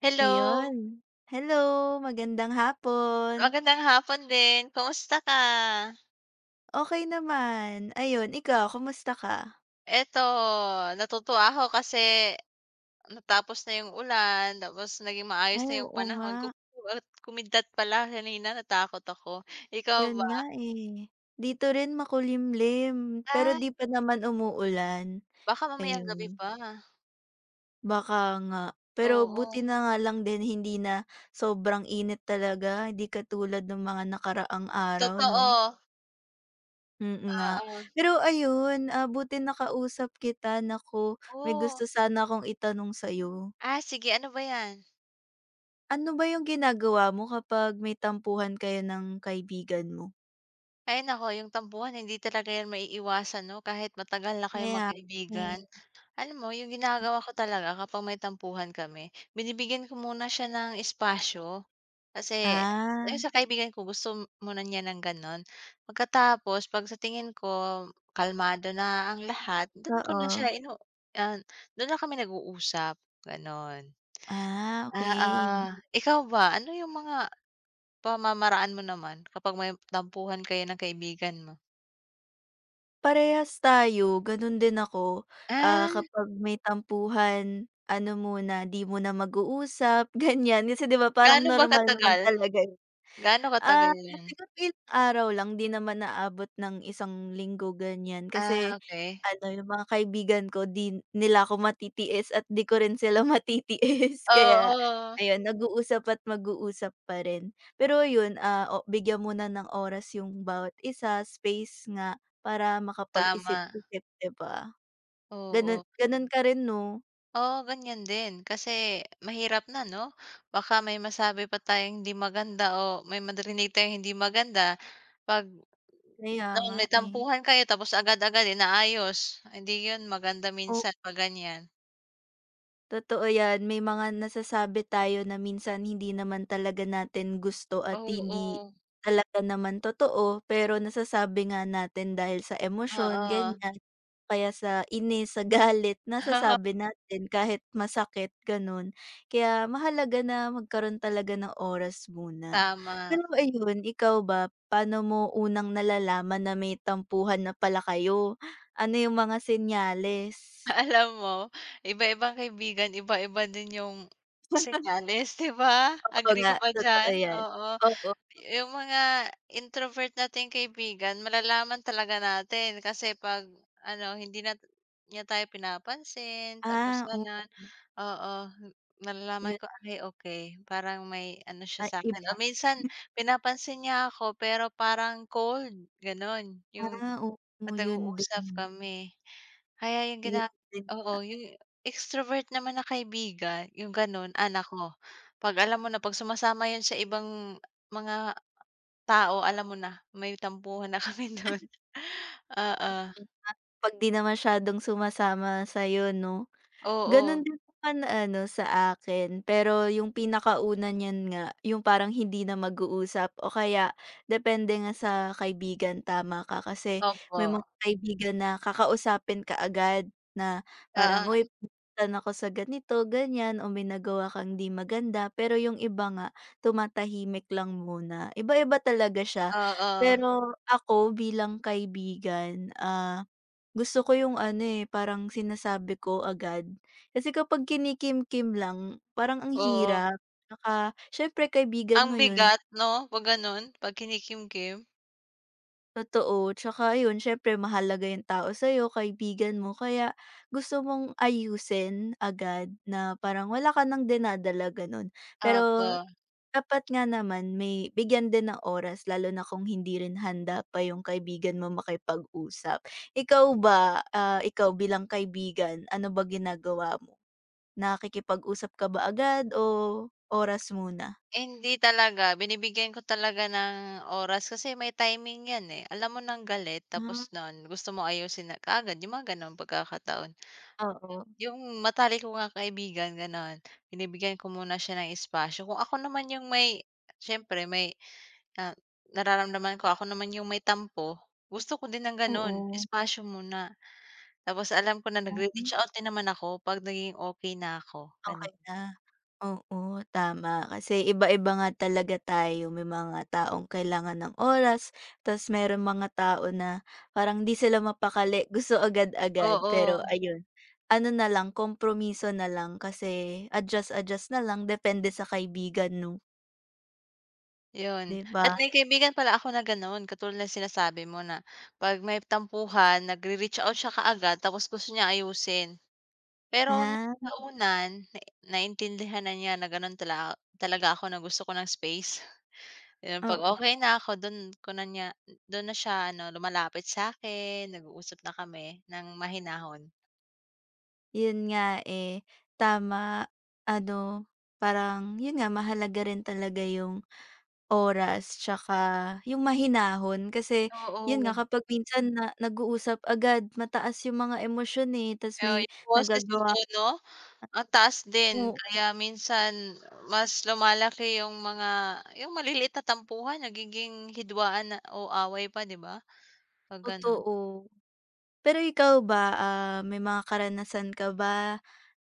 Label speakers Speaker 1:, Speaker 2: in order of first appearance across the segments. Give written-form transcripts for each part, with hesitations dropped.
Speaker 1: Hello,
Speaker 2: Ayun. Hello, magandang hapon.
Speaker 1: magandang hapon din. Kumusta ka?
Speaker 2: Okey naman. Ayun, ikaw kumusta ka?
Speaker 1: Eto, natutuwa ako kasi natapos na yung ulan, tapos naging maayos
Speaker 2: Ay,
Speaker 1: na yung
Speaker 2: oo nga.
Speaker 1: panahon. Kumidlat kumidlat pala kanina, natakot ako. Ikaw
Speaker 2: 'Yun
Speaker 1: ba?
Speaker 2: nga, eh. Dito rin makulimlim, pero
Speaker 1: Ah,
Speaker 2: 'di pa naman umuulan.
Speaker 1: baka mamayang gabi
Speaker 2: Ayun,
Speaker 1: pa.
Speaker 2: baka nga. Pero buti
Speaker 1: Oo,
Speaker 2: na nga lang din hindi na sobrang init talaga, hindi katulad ng mga nakaraang araw 'no?
Speaker 1: totoo.
Speaker 2: Mm nga.
Speaker 1: Oo,
Speaker 2: Pero ayun, buti nakausap kita. Naku, may gusto
Speaker 1: oo.
Speaker 2: sana akong itanong sa'yo.
Speaker 1: Ah, sige ano ba 'yan?
Speaker 2: Ano ba yung ginagawa mo kapag may tampuhan kayo ng kaibigan mo?
Speaker 1: Ay naku, yung tampuhan hindi talaga 'yan maiiwasan 'no, kahit matagal na kayo
Speaker 2: Layaway.
Speaker 1: magkaibigan. Alam mo, yung ginagawa ko talaga kapag may tampuhan kami, binibigyan ko muna siya ng espasyo. Kasi yung
Speaker 2: Ah,
Speaker 1: sa kaibigan ko gusto muna niya ng gano'n. Pagkatapos 'pag sa tingin ko kalmado na ang lahat, do'n ko na
Speaker 2: oo.
Speaker 1: siya inu ah, do'n na kami nag-uusap, gano'n.
Speaker 2: Ah,
Speaker 1: Ah, ah.
Speaker 2: okay.
Speaker 1: Ikaw ba ano yung mga pamamaraan mo naman kapag may tampuhan kayo ng kaibigan mo?
Speaker 2: Parehas tayo, gano'n din ako. Ah,
Speaker 1: Ah,
Speaker 2: kapag may tampuhan, ano muna, 'di mo na mag-uusap, ganyan. Kasi 'di ba parang
Speaker 1: gaano ba
Speaker 2: normal naman
Speaker 1: katagal?
Speaker 2: talaga.
Speaker 1: Gaano
Speaker 2: Ah,
Speaker 1: katagal 'yan?
Speaker 2: siguro ilang araw lang, 'di naman naabot ng isang linggo ganyan.
Speaker 1: Ah,
Speaker 2: Kasi
Speaker 1: okay.
Speaker 2: ano, yung mga kaibigan ko 'di nila ako matitiis at 'di ko rin sila matitiis. Kaya
Speaker 1: Oo,
Speaker 2: ayun, nag-uusap at mag-uusap pa rin. Pero yun, o bigyan muna ng oras yung bawat isa, space nga para
Speaker 1: tama.
Speaker 2: makapag-isip-isip, 'di ba? Ganun
Speaker 1: Oo.
Speaker 2: ganun ka rin 'no?
Speaker 1: Oo, ganyan din kasi mahirap na 'no? Baka may masabi pa tayong hindi maganda o may marinig tayong hindi maganda 'pag
Speaker 2: Kaya
Speaker 1: noon
Speaker 2: nga,
Speaker 1: may
Speaker 2: eh.
Speaker 1: tampuhan kayo tapos agad-agad inaayos, hindi 'yun maganda minsan 'pag ganyan.
Speaker 2: Totoo yan, may mga nasasabi tayo na minsan hindi naman talaga natin gusto at
Speaker 1: Oo,
Speaker 2: hindi
Speaker 1: oo.
Speaker 2: talaga naman totoo, pero nasasabi nga natin dahil sa emosyon, ganyan. Kaya sa inis, sa galit, nasasabi natin kahit masakit, ganun. Kaya mahalaga na magkaroon talaga ng oras muna.
Speaker 1: Tama.
Speaker 2: Pero ayun, ikaw ba, paano mo unang nalalaman na may tampuhan na pala kayo? Ano yung mga senyales?
Speaker 1: Alam mo, iba-ibang kaibigan, iba-iba din 'yung senyales, 'di ba?
Speaker 2: Oo
Speaker 1: Agree
Speaker 2: nga,
Speaker 1: ka ba
Speaker 2: totoo
Speaker 1: diyan?
Speaker 2: yan.
Speaker 1: Oo.
Speaker 2: Oo.
Speaker 1: Yung mga introvert nating kaibigan malalaman talaga natin kasi 'pag ano, hindi na niya tayo pinapansin tapos
Speaker 2: Ah, oo,
Speaker 1: gano'n, oo, malalaman
Speaker 2: yun
Speaker 1: ko, "Ay okay parang may ano siya
Speaker 2: ay
Speaker 1: sa'kin."
Speaker 2: iba.
Speaker 1: O minsan pinapansin niya ako pero parang cold, gano'n, yung
Speaker 2: Ah, oo,
Speaker 1: 'pag
Speaker 2: yun
Speaker 1: nag-uusap
Speaker 2: din,
Speaker 1: kami. Kaya yung
Speaker 2: yun
Speaker 1: gina
Speaker 2: din
Speaker 1: oo, yung extrovert naman na kaibigan, yung gano'n, anak ko. 'Pag alam mo na 'pag sumasama yun sa ibang mga tao, alam mo na, may tampuhan na kami dun. Oo,
Speaker 2: 'pag 'di na masyadong sumasama sa'yo 'no? Gano'n
Speaker 1: oo,
Speaker 2: din naman ano sa akin, pero yung pinakauna niyan nga yung parang hindi na mag-uusap o kaya depende nga sa kaibigan, tama ka. Kasi may
Speaker 1: opo.
Speaker 2: mga kaibigan na kakausapin ka agad na parang, "Uy,
Speaker 1: Oo,
Speaker 2: nasaktan ako sa ganito, ganyan o may nagawa kang 'di maganda." Pero yung iba nga tumatahimik lang muna. Iba-iba talaga siya.
Speaker 1: oo,
Speaker 2: Pero ako bilang kaibigan, gusto ko yung ano, eh, parang sinasabi ko agad. Kasi kapag kinikim-kim lang, parang ang
Speaker 1: oo.
Speaker 2: hirap. Tsaka siyempre kaibigan
Speaker 1: Ang
Speaker 2: mo yun,
Speaker 1: bigat 'no, 'pag ganun, 'pag kinikimkim.
Speaker 2: totoo. Tsaka ayun, siyempre mahalaga yung tao sa'yo, kaibigan mo. Kaya gusto mong ayusin agad na parang wala ka nang dinadala, ganun. Pero
Speaker 1: Opo,
Speaker 2: dapat nga naman may bigyan din ng oras lalo na kung hindi rin handa pa yung kaibigan mo makipag-usap. Ikaw ba, ikaw bilang kaibigan, ano ba ginagawa mo? Nakikipag-usap ka ba agad o oras muna?
Speaker 1: hindi talaga, binibigyan ko talaga ng oras kasi may timing 'yan, eh. Alam mo ng galit tapos
Speaker 2: Hmm,
Speaker 1: nun gusto mo ayusin na kaagad, yung mga gano'ng pagkakataon.
Speaker 2: oo.
Speaker 1: Yung matalik ko ngang kaibigan gano'n, binibigyan ko muna siya ng espasyo. Kung ako naman yung may siyempre may ah, nararamdaman ko, ako naman yung may tampo. Gusto ko din ng gano'n,
Speaker 2: Oo.
Speaker 1: espasyo muna. Tapos alam ko na
Speaker 2: Hmm,
Speaker 1: nagre-reach
Speaker 2: tama.
Speaker 1: out din naman ako 'pag naging okey na ako, gano'n.
Speaker 2: Okey na. Oo, tama kasi iba-iba nga talaga tayo, may mga taong kailangan ng oras, ta's merong mga tao na parang 'di sila mapakali, gusto agad-agad. Pero
Speaker 1: Oo,
Speaker 2: ayun, ano na lang kompromiso na lang kasi adjust-adjust na lang depende sa kaibigan 'no,
Speaker 1: 'yun.
Speaker 2: 'di ba?
Speaker 1: At may kaibigan pala ako na gano'n, katulad ng sinasabi mo na 'pag may tampuhan nagre-reach out siya kaagad tapos gusto niya ayusin. Pero nung
Speaker 2: Ah,
Speaker 1: sa una, nai naintindihan na niya na gano'n tala talaga ako na gusto ko ng space. Yun, 'pag
Speaker 2: oo.
Speaker 1: okey na ako dun ko na niya dun na siya ano lumalapit sa akin nag-uusap na kami ng mahinahon.
Speaker 2: Yun nga, eh, tama. Ano, parang yun nga mahalaga rin talaga yung oras tsaka yung mahinahon kasi yun nga
Speaker 1: Oo.
Speaker 2: kapag minsan na nag-uusap agad mataas yung mga emosyon, eh, tas
Speaker 1: Oo,
Speaker 2: may
Speaker 1: yung boses, yung
Speaker 2: nagagawa.
Speaker 1: tono, ang taas din
Speaker 2: Oo,
Speaker 1: kaya minsan mas lumalaki yung mga yung maliliit na tampuhan nagiging hidwaan na o away pa, 'di ba, 'pag gano'n.
Speaker 2: totoo. Pero ikaw ba, may mga karanasan ka ba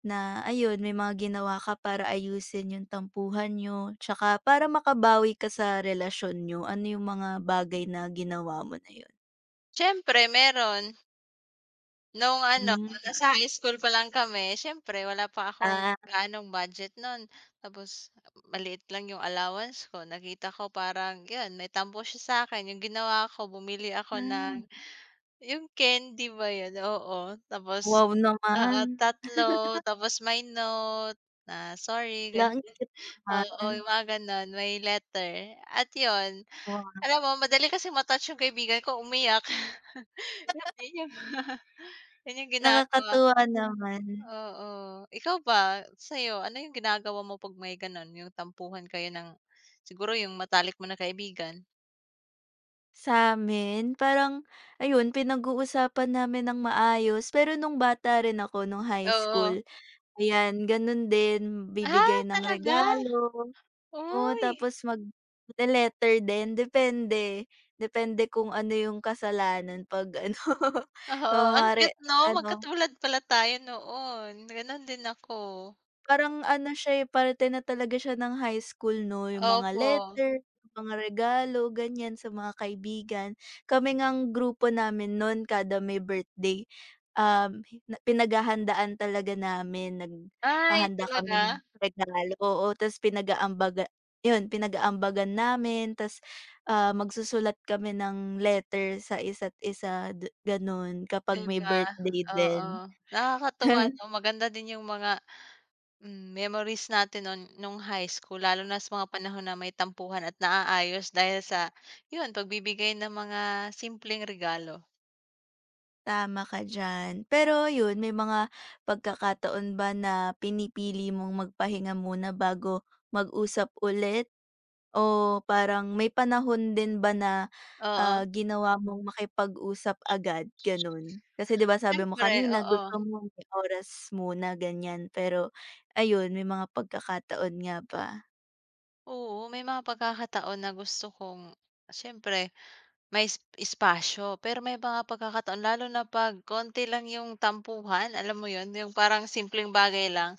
Speaker 2: na ayun may mga ginawa ka para ayusin yung tampuhan niyo tsaka para makabawi ka sa relasyon niyo? Ano yung mga bagay na ginawa mo na yun?
Speaker 1: Siyempre meron. Noong ano,
Speaker 2: Hmm,
Speaker 1: nasa high school pa lang kami, siyempre wala pa akong
Speaker 2: ah.
Speaker 1: gaanong budget non. Tapos maliit lang yung allowance ko. Nakita ko parang yun, may tampo siya sa'kin. Yung ginawa ko, bumili ako ng yung candy ba yun? Oo, tapos
Speaker 2: Wow
Speaker 1: oo,
Speaker 2: naman.
Speaker 1: 3 tapos may note na sorry
Speaker 2: Hala,
Speaker 1: gan
Speaker 2: ang cute
Speaker 1: oo,
Speaker 2: naman.
Speaker 1: yung mga gano'n, may letter at yun.
Speaker 2: Wow,
Speaker 1: Alam mo madali kasing ma-touch yung kaibigan ko, umiyak. Yun yung yun yung ginagawa.
Speaker 2: nakakatuwa naman.
Speaker 1: Oo. Ikaw ba, sa'yo, ano yung ginagawa mo 'pag may gano'n, yung tampuhan kayo ng siguro yung matalik mo na kaibigan?
Speaker 2: Sa'min parang ayun pinag-uusapan namin ng maayos, pero nung bata rin ako nung high
Speaker 1: Oo.
Speaker 2: school, ayan ganun din
Speaker 1: Ah,
Speaker 2: bibigay ng
Speaker 1: talaga?
Speaker 2: regalo, oo
Speaker 1: Uy,
Speaker 2: tapos magle-letter din depende, depende kung ano yung kasalanan 'pag ano
Speaker 1: oo, ang
Speaker 2: kunwari
Speaker 1: cute 'no,
Speaker 2: ano.
Speaker 1: magkatulad pala tayo noon, gano'n din ako.
Speaker 2: Parang ano siya, eh, parte na talaga siya ng high school 'no, yung mga
Speaker 1: Opo.
Speaker 2: letter, mga regalo, ganyan sa mga kaibigan. Kami ngang grupo namin nun kada may birthday, na pinaghahandaan talaga namin,
Speaker 1: Ay,
Speaker 2: naghahanda kami
Speaker 1: talaga?
Speaker 2: ng regalo, oo, ta's pinag-aambagan namin ta's, magsusulat kami ng letter sa isa't isa, gano'n kapag
Speaker 1: 'Di
Speaker 2: may
Speaker 1: ba?
Speaker 2: birthday
Speaker 1: Oo,
Speaker 2: din.
Speaker 1: nakakatuwa 'no, maganda din yung mga Hmm, memories natin nun nung high school lalo na sa mga panahon na may tampuhan at naaayos dahil sa yun pagbibigay ng mga simpleng regalo.
Speaker 2: Tama ka diyan. Pero yun, may mga pagkakataon ba na pinipili mong magpahinga muna bago mag-usap ulit? O parang may panahon din ba na,
Speaker 1: Oo,
Speaker 2: ginawa mong makipag-usap agad, ganun? Kasi 'di ba sabi mo
Speaker 1: siyempre,
Speaker 2: kanina
Speaker 1: oo.
Speaker 2: gusto mo may oras muna ganyan, pero ayun may mga pagkakataon nga ba?
Speaker 1: Oo, may mga pagkakataon na gusto kong siyempre may is espasyo pero may mga pagkakataon lalo na 'pag konti lang yung tampuhan, alam mo yun, yung parang simpleng bagay lang.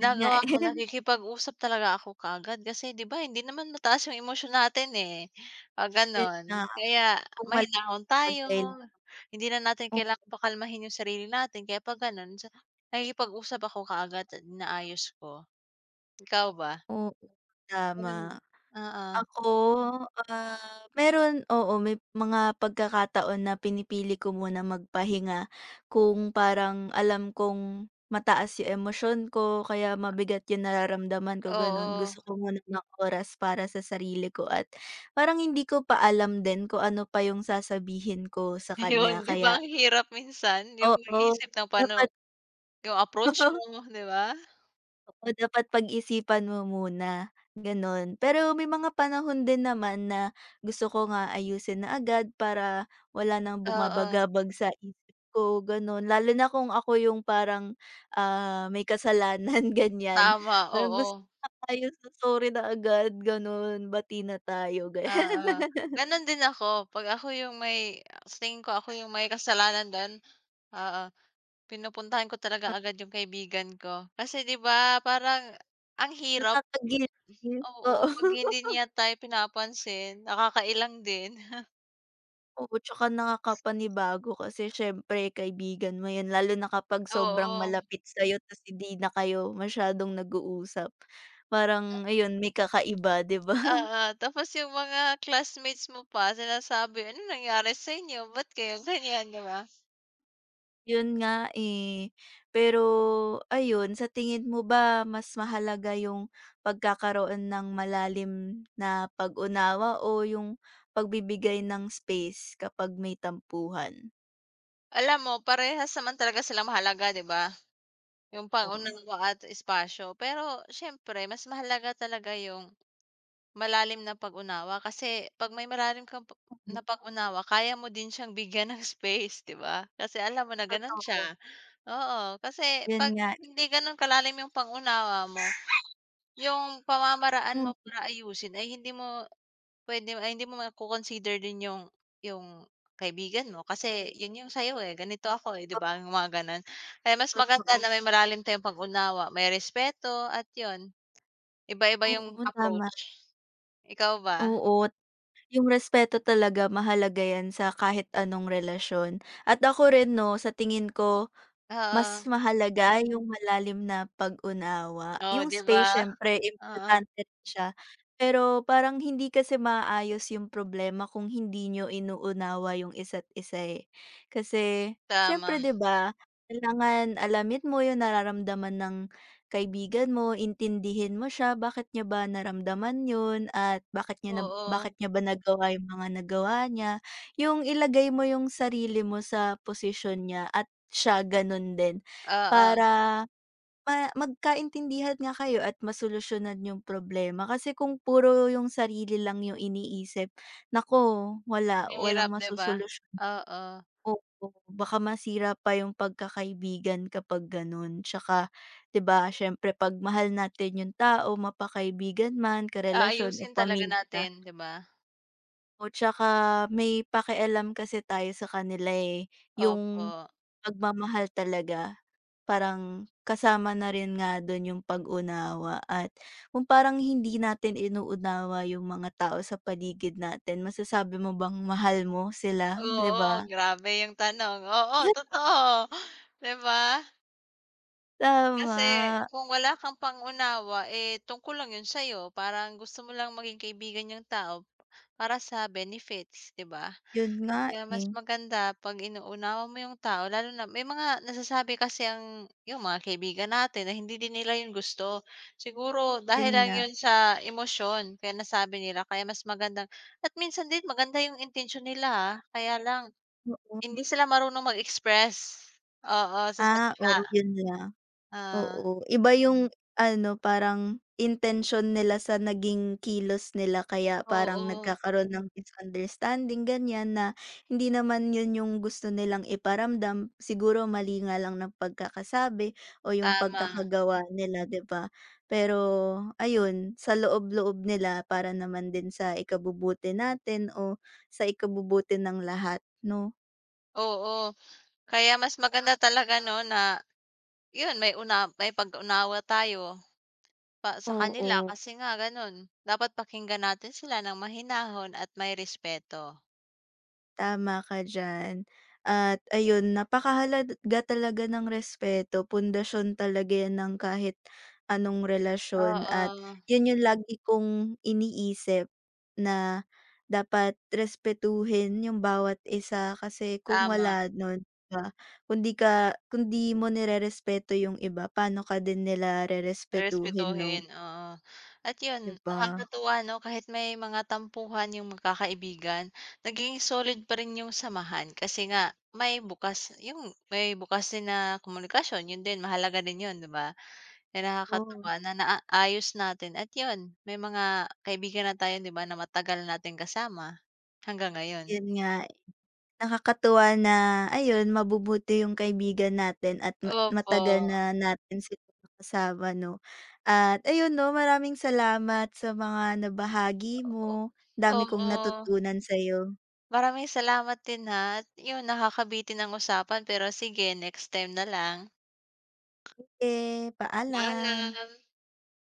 Speaker 2: Yun nga eh,
Speaker 1: ko nakikipag-usap talaga ako kaagad kasi 'di ba hindi naman mataas yung emosyon natin, eh, pag
Speaker 2: yun
Speaker 1: gano'n.
Speaker 2: nga
Speaker 1: Kaya
Speaker 2: kung
Speaker 1: mahinahon
Speaker 2: maluwag
Speaker 1: tayo,
Speaker 2: kayo lang.
Speaker 1: hindi na natin
Speaker 2: Oo,
Speaker 1: kailangan pakalmahin yung sarili natin kaya pag gano'n sa nakikipag-usap ako kaagad at inaayos ko. Ikaw ba?
Speaker 2: oo,
Speaker 1: Ganun
Speaker 2: tama.
Speaker 1: oo,
Speaker 2: Ako, ah, meron, oo, may mga pagkakataon na pinipili ko muna magpahinga kung parang alam kong mataas 'yung emosyon ko kaya mabigat 'yung nararamdaman ko, gano'n.
Speaker 1: oo.
Speaker 2: Gusto ko muna ng oras para sa sarili ko at parang hindi ko pa alam din kung ano pa 'yung sasabihin ko sa kanya
Speaker 1: Ayun, 'di ba
Speaker 2: kaya
Speaker 1: ang hirap minsan yung
Speaker 2: oo,
Speaker 1: mag-isip ng paano
Speaker 2: dapat.
Speaker 1: yung approach mo, 'di ba?
Speaker 2: Oo, dapat pag-isipan mo muna, gano'n. Pero may mga panahon din naman na gusto ko nga ayusin na agad para wala nang
Speaker 1: Oo,
Speaker 2: bumabagabag sa isip ko, gano'n. Lalo na kung ako yung parang, may kasalanan, ganyan.
Speaker 1: tama,
Speaker 2: Parang
Speaker 1: oo.
Speaker 2: gusto ko na maayos na, "Sorry na agad." gano'n, "Bati na tayo." ganyan.
Speaker 1: Oo, gano'n din ako. 'Pag ako yung may sa tingin ko ako yung may kasalanan do'n, oo, pinupuntahan ko talaga agad yung kaibigan ko. Kasi 'di ba parang ang hirap,
Speaker 2: Nakaka-guilty, oo.
Speaker 1: oo, 'pag hindi niya tayo pinapansin, nakakailang din.
Speaker 2: Oo, tsaka nakakapanibago kasi siyempre kaibigan mo 'yan lalo na kapag sobrang
Speaker 1: Oo,
Speaker 2: malapit sa'yo ta's hindi na kayo masyadong nag-uusap. Parang ayun, may kakaiba, 'di ba?
Speaker 1: oo, tapos yung mga classmates mo pa sinasabi, ano nangyari sa inyo? Ba't kayo ganyan?" 'Di ba?
Speaker 2: Yun nga, eh. Pero ayun, sa tingin mo ba mas mahalaga yung pagkakaroon ng malalim na pag-unawa o yung pagbibigay ng space kapag may tampuhan?
Speaker 1: Alam mo parehas naman talaga sila mahalaga, 'di ba? Yung
Speaker 2: Oo.
Speaker 1: pang-unawa at espasyo. Pero siyempre mas mahalaga talaga yung malalim na pag-unawa kasi 'pag may malalim kang pa
Speaker 2: Mm.
Speaker 1: na pag-unawa kaya mo din siyang bigyan ng space, 'di ba? Kasi alam mo na gano'n siya.
Speaker 2: Totoo,
Speaker 1: Oo, kasi
Speaker 2: yun
Speaker 1: 'pag
Speaker 2: nga.
Speaker 1: hindi gano'n kalalim yung pang mo, yung pamamaraan
Speaker 2: Hmm,
Speaker 1: mo para ayusin ay hindi mo puwede ay hindi mo mako-consider din yung kaibigan mo kasi yun yung sa'yo, eh, ganito ako, eh, 'di
Speaker 2: to
Speaker 1: ba, yung mga gano'n. Kaya mas maganda na
Speaker 2: totoo.
Speaker 1: may malalim tayong pag-unawa, may respeto at yun, iba-iba yung
Speaker 2: Oo, tama.
Speaker 1: approach. Ikaw ba?
Speaker 2: Oo, yung respeto talaga mahalaga yan sa kahit anong relasyon. At ako rin 'no, sa tingin ko mas
Speaker 1: Oo.
Speaker 2: mahalaga yung malalim na pag-unawa.
Speaker 1: Oh,
Speaker 2: Yung
Speaker 1: 'di ba?
Speaker 2: space siyempre
Speaker 1: Oo,
Speaker 2: importante rin siya, pero parang hindi kasi maayos yung problema kung hindi niyo inuunawa yung isa't isa, eh. Kasi
Speaker 1: tama.
Speaker 2: siyempre 'di ba, kailangan alamin mo yung nararamdaman ng kaibigan mo, intindihin mo siya, bakit niya ba naramdaman yun at
Speaker 1: Oo,
Speaker 2: bakit niya ba nagawa yung mga nagawa niya. Yung ilagay mo yung sarili mo sa posisyon niya at siya gano'n din
Speaker 1: oo.
Speaker 2: para magkaintindihan nga kayo at masolusyonan yung problema. Kasi kung puro yung sarili lang yung iniisip, naku, walang
Speaker 1: Mahirap, 'di ba?
Speaker 2: masosolusyon.
Speaker 1: Oo.
Speaker 2: Oo, baka masira pa yung pagkakaibigan kapag gano'n. Tsaka 'di ba siyempre 'pag mahal natin yung tao, mapakaibigan man, karelasyon o
Speaker 1: Aayusin talaga
Speaker 2: pamilya
Speaker 1: natin, 'di ba?
Speaker 2: o tsaka may pakialam kasi tayo sa kanila, eh, yung
Speaker 1: Opo.
Speaker 2: pagmamahal talaga parang kasama na rin nga dun yung pag-unawa at kung parang hindi natin inuunawa yung mga tao sa paligid natin masasabi mo bang mahal mo sila, 'di ba?
Speaker 1: Oo, grabe yung tanong. Oo, totoo, 'di ba? Kasi
Speaker 2: Tama,
Speaker 1: kung wala kang pangunawa eh, tungkol lang 'yun sa'yo. Parang gusto mo lang maging kaibigan yung tao para sa benefits, 'di ba?
Speaker 2: yun nga,
Speaker 1: Kaya mas
Speaker 2: eh,
Speaker 1: maganda 'pag inuunawa mo yung tao lalo na may mga nasasabi kasi ang yung mga kaibigan natin na hindi din nila 'yun gusto. Siguro
Speaker 2: yun
Speaker 1: dahil lang
Speaker 2: nga,
Speaker 1: 'yun sa emosyon kaya nasabi nila kaya mas magandang at minsan din maganda yung intention nila, ah, kaya lang
Speaker 2: oo.
Speaker 1: hindi sila marunong mag-express. Oo, sa
Speaker 2: Ah, oo,
Speaker 1: salita.
Speaker 2: yun lang.
Speaker 1: Ah,
Speaker 2: Oo, iba yung ano, parang intention nila sa naging kilos nila kaya parang
Speaker 1: oo.
Speaker 2: nagkakaroon ng misunderstanding ganyan na hindi naman yun yung gusto nilang iparamdam, siguro mali nga lang ng pagkakasabi o yung
Speaker 1: Tama,
Speaker 2: pagkakagawa nila, 'di ba? Pero ayun, sa loob-loob nila para naman din sa ikabubuti natin o sa ikabubuti ng lahat, 'no?
Speaker 1: oo. Kaya mas maganda talaga 'no na yun may una may pag-unawa tayo pa sa kanila
Speaker 2: Oo.
Speaker 1: kasi nga ganun, dapat pakinggan natin sila ng mahinahon at may respeto.
Speaker 2: Tama ka diyan. At ayun, napakahalaga talaga ng respeto, pundasyon talaga yan ng kahit anong relasyon at
Speaker 1: Oo,
Speaker 2: yun yung lagi kong iniisip na dapat respetuhin yung bawat isa kasi kung
Speaker 1: tama.
Speaker 2: wala nun, 'di ba, kung 'di ka kung 'di mo nirerespeto yung iba, paano ka din nila rerespetuhin 'no,
Speaker 1: Respetuhin, oo. At yun,
Speaker 2: 'di ba?
Speaker 1: nakakatuwa 'no kahit may mga tampuhan yung magkakaibigan, naging solid pa rin yung samahan kasi nga may bukas yung may bukas din na komunikasyon, yun din mahalaga din yun, 'di ba? Na
Speaker 2: Oh,
Speaker 1: nakakatuwa na naayos natin at yun, may mga kaibigan na tayo 'di ba na matagal nating kasama, hanggang ngayon.
Speaker 2: yun nga. Nakakatuwa na ayun, mabubuti yung kaibigan natin at
Speaker 1: Opo,
Speaker 2: matagal na natin silang nakasama 'no. At ayun 'no, maraming salamat sa mga nabahagi mo, dami kong
Speaker 1: oo.
Speaker 2: natutunan sa'yo.
Speaker 1: Maraming salamat din ha at yun nakakabitin ang usapan pero sige next time na lang.
Speaker 2: Sige, paalam.
Speaker 1: Paalam.